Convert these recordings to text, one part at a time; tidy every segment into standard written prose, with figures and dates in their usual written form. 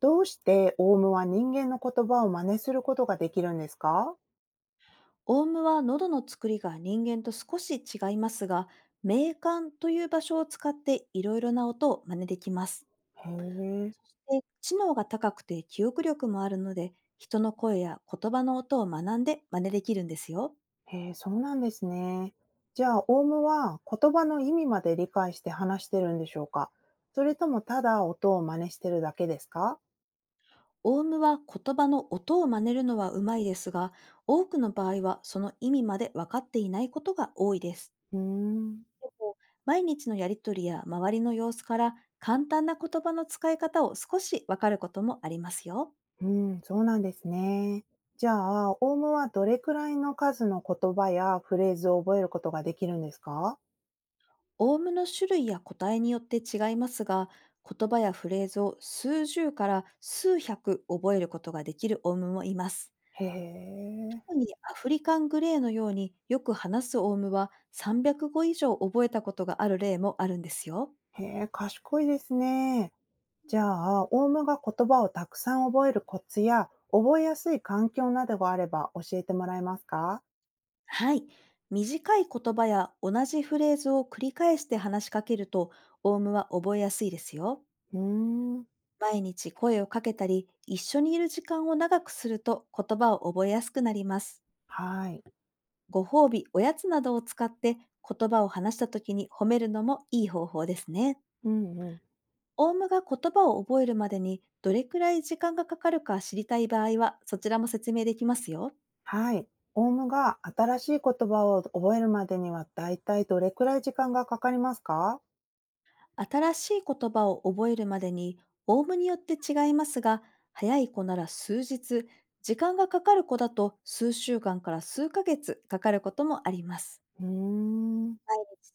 どうしてオウムは人間の言葉を真似することができるんですか？オウムは喉の作りが人間と少し違いますが、鳴管という場所を使っていろいろな音を真似できます。へえ、そして知能が高くて記憶力もあるので、人の声や言葉の音を学んで真似できるんですよ。へえ、そうなんですね。じゃあ、オウムは言葉の意味まで理解して話してるんでしょうか？それともただ音を真似してるだけですか？オウムは言葉の音を真似るのはうまいですが、多くの場合はその意味まで分かっていないことが多いです。うーん、毎日のやりとりや周りの様子から簡単な言葉の使い方を少し分かることもありますよ。うん、そうなんですね。じゃあ、オウムはどれくらいの数の言葉やフレーズを覚えることができるんですか？オウムの種類や個体によって違いますが、言葉やフレーズを数十から数百覚えることができるオウムもいます。へえ、特にアフリカングレーのようによく話すオウムは300語以上覚えたことがある例もあるんですよ。へえ、賢いですね。じゃあ、オウムが言葉をたくさん覚えるコツや、覚えやすい環境などがあれば教えてもらえますか？はい。短い言葉や同じフレーズを繰り返して話しかけると、オウムは覚えやすいですよ。うーん、毎日声をかけたり、一緒にいる時間を長くすると言葉を覚えやすくなります。はい。ご褒美、おやつなどを使って言葉を話した時に褒めるのもいい方法ですね。うんうん。オウムが言葉を覚えるまでにどれくらい時間がかかるか知りたい場合はそちらも説明できますよ。はい。オウムが新しい言葉を覚えるまでにはだいたいどれくらい時間がかかりますか？新しい言葉を覚えるまでに、オウムによって違いますが、早い子なら数日、時間がかかる子だと数週間から数ヶ月かかることもあります。うーん、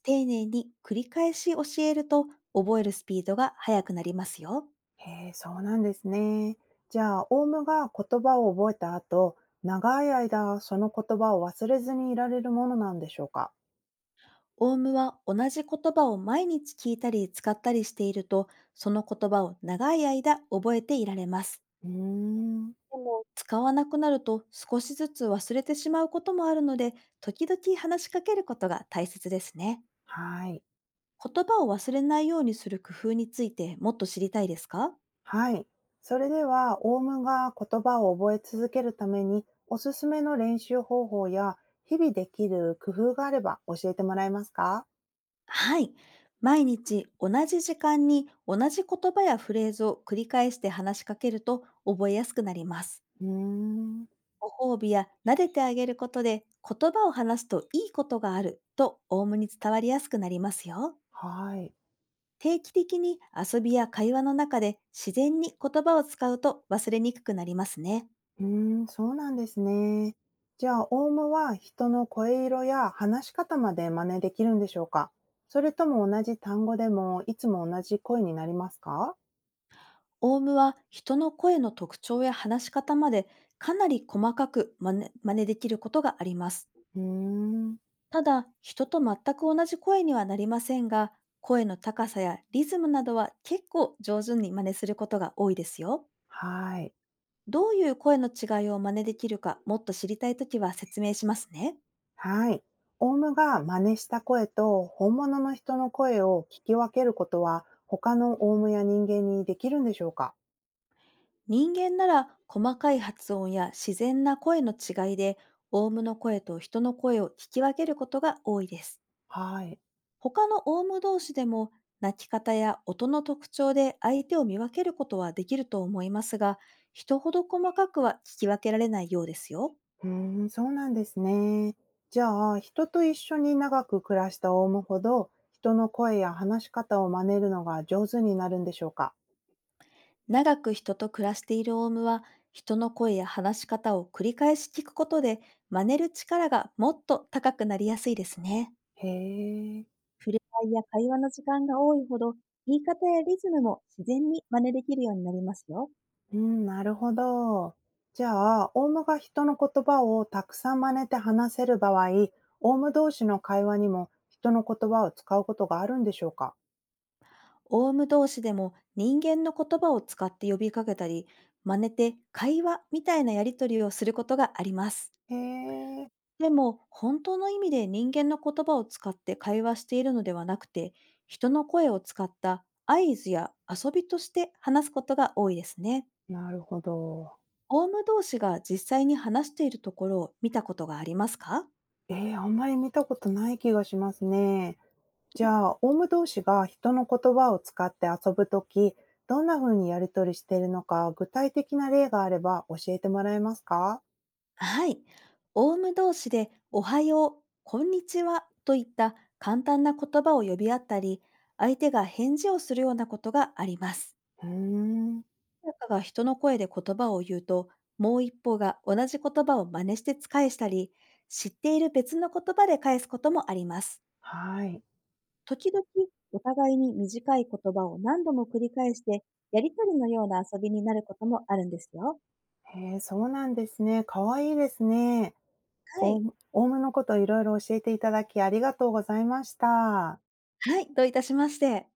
丁寧に繰り返し教えると覚えるスピードが速くなりますよ。へえ、そうなんですね。じゃあ、オウムが言葉を覚えた後、長い間その言葉を忘れずにいられるものなんでしょうか？オウムは同じ言葉を毎日聞いたり使ったりしていると、その言葉を長い間覚えていられます。うーん。使わなくなると少しずつ忘れてしまうこともあるので、時々話しかけることが大切ですね。はい。言葉を忘れないようにする工夫についてもっと知りたいですか？はい。それでは、オウムが言葉を覚え続けるために、おすすめの練習方法や、日々できる工夫があれば教えてもらえますか？はい。毎日同じ時間に同じ言葉やフレーズを繰り返して話しかけると覚えやすくなります。うーん。ご褒美や撫でてあげることで、言葉を話すといいことがあるとオウムに伝わりやすくなりますよ。はい。定期的に遊びや会話の中で自然に言葉を使うと忘れにくくなりますね。うーん、そうなんですね。じゃあ、オウムは人の声色や話し方まで真似できるんでしょうか？それとも同じ単語でも、いつも同じ声になりますか？オウムは人の声の特徴や話し方まで、かなり細かく真似できることがあります。うーん。ただ、人と全く同じ声にはなりませんが、声の高さやリズムなどは結構上手に真似することが多いですよ。はい。どういう声の違いを真似できるか、もっと知りたいときは説明しますね。はい。オウムが真似した声と本物の人の声を聞き分けることは他のオウムや人間にできるんでしょうか？人間なら細かい発音や自然な声の違いで、オウムの声と人の声を聞き分けることが多いです。はい。他のオウム同士でも、鳴き方や音の特徴で相手を見分けることはできると思いますが、人ほど細かくは聞き分けられないようですよ。うーん、そうなんですね。じゃあ、人と一緒に長く暮らしたオウムほど人の声や話し方を真似るのが上手になるんでしょうか？長く人と暮らしているオウムは、人の声や話し方を繰り返し聞くことで、真似る力がもっと高くなりやすいですね。へえ。触れ合いや会話の時間が多いほど、言い方やリズムも自然に真似できるようになりますよ。うん、なるほど。じゃあ、オウムが人の言葉をたくさん真似て話せる場合、オウム同士の会話にも人の言葉を使うことがあるんでしょうか？オウム同士でも人間の言葉を使って呼びかけたり、真似て会話みたいなやり取りをすることがあります。へえ、でも、本当の意味で人間の言葉を使って会話しているのではなくて、人の声を使った合図や遊びとして話すことが多いですね。なるほど。オウム同士が実際に話しているところを見たことがありますか？えー、あんまり見たことない気がしますね。じゃあ、オウム同士が人の言葉を使って遊ぶとき、どんな風にやりとりしているのか、具体的な例があれば教えてもらえますか？はい。オウム同士でおはよう、こんにちはといった簡単な言葉を呼び合ったり、相手が返事をするようなことがあります。うーん、誰かが人の声で言葉を言うと、もう一方が同じ言葉を真似して返したり、知っている別の言葉で返すこともあります。はい。時々、お互いに短い言葉を何度も繰り返して、やりとりのような遊びになることもあるんですよ。ええ、そうなんですね。かわいいですね。はオウい。ムのこといろいろ教えていただきありがとうございました。はい、どういたしまして。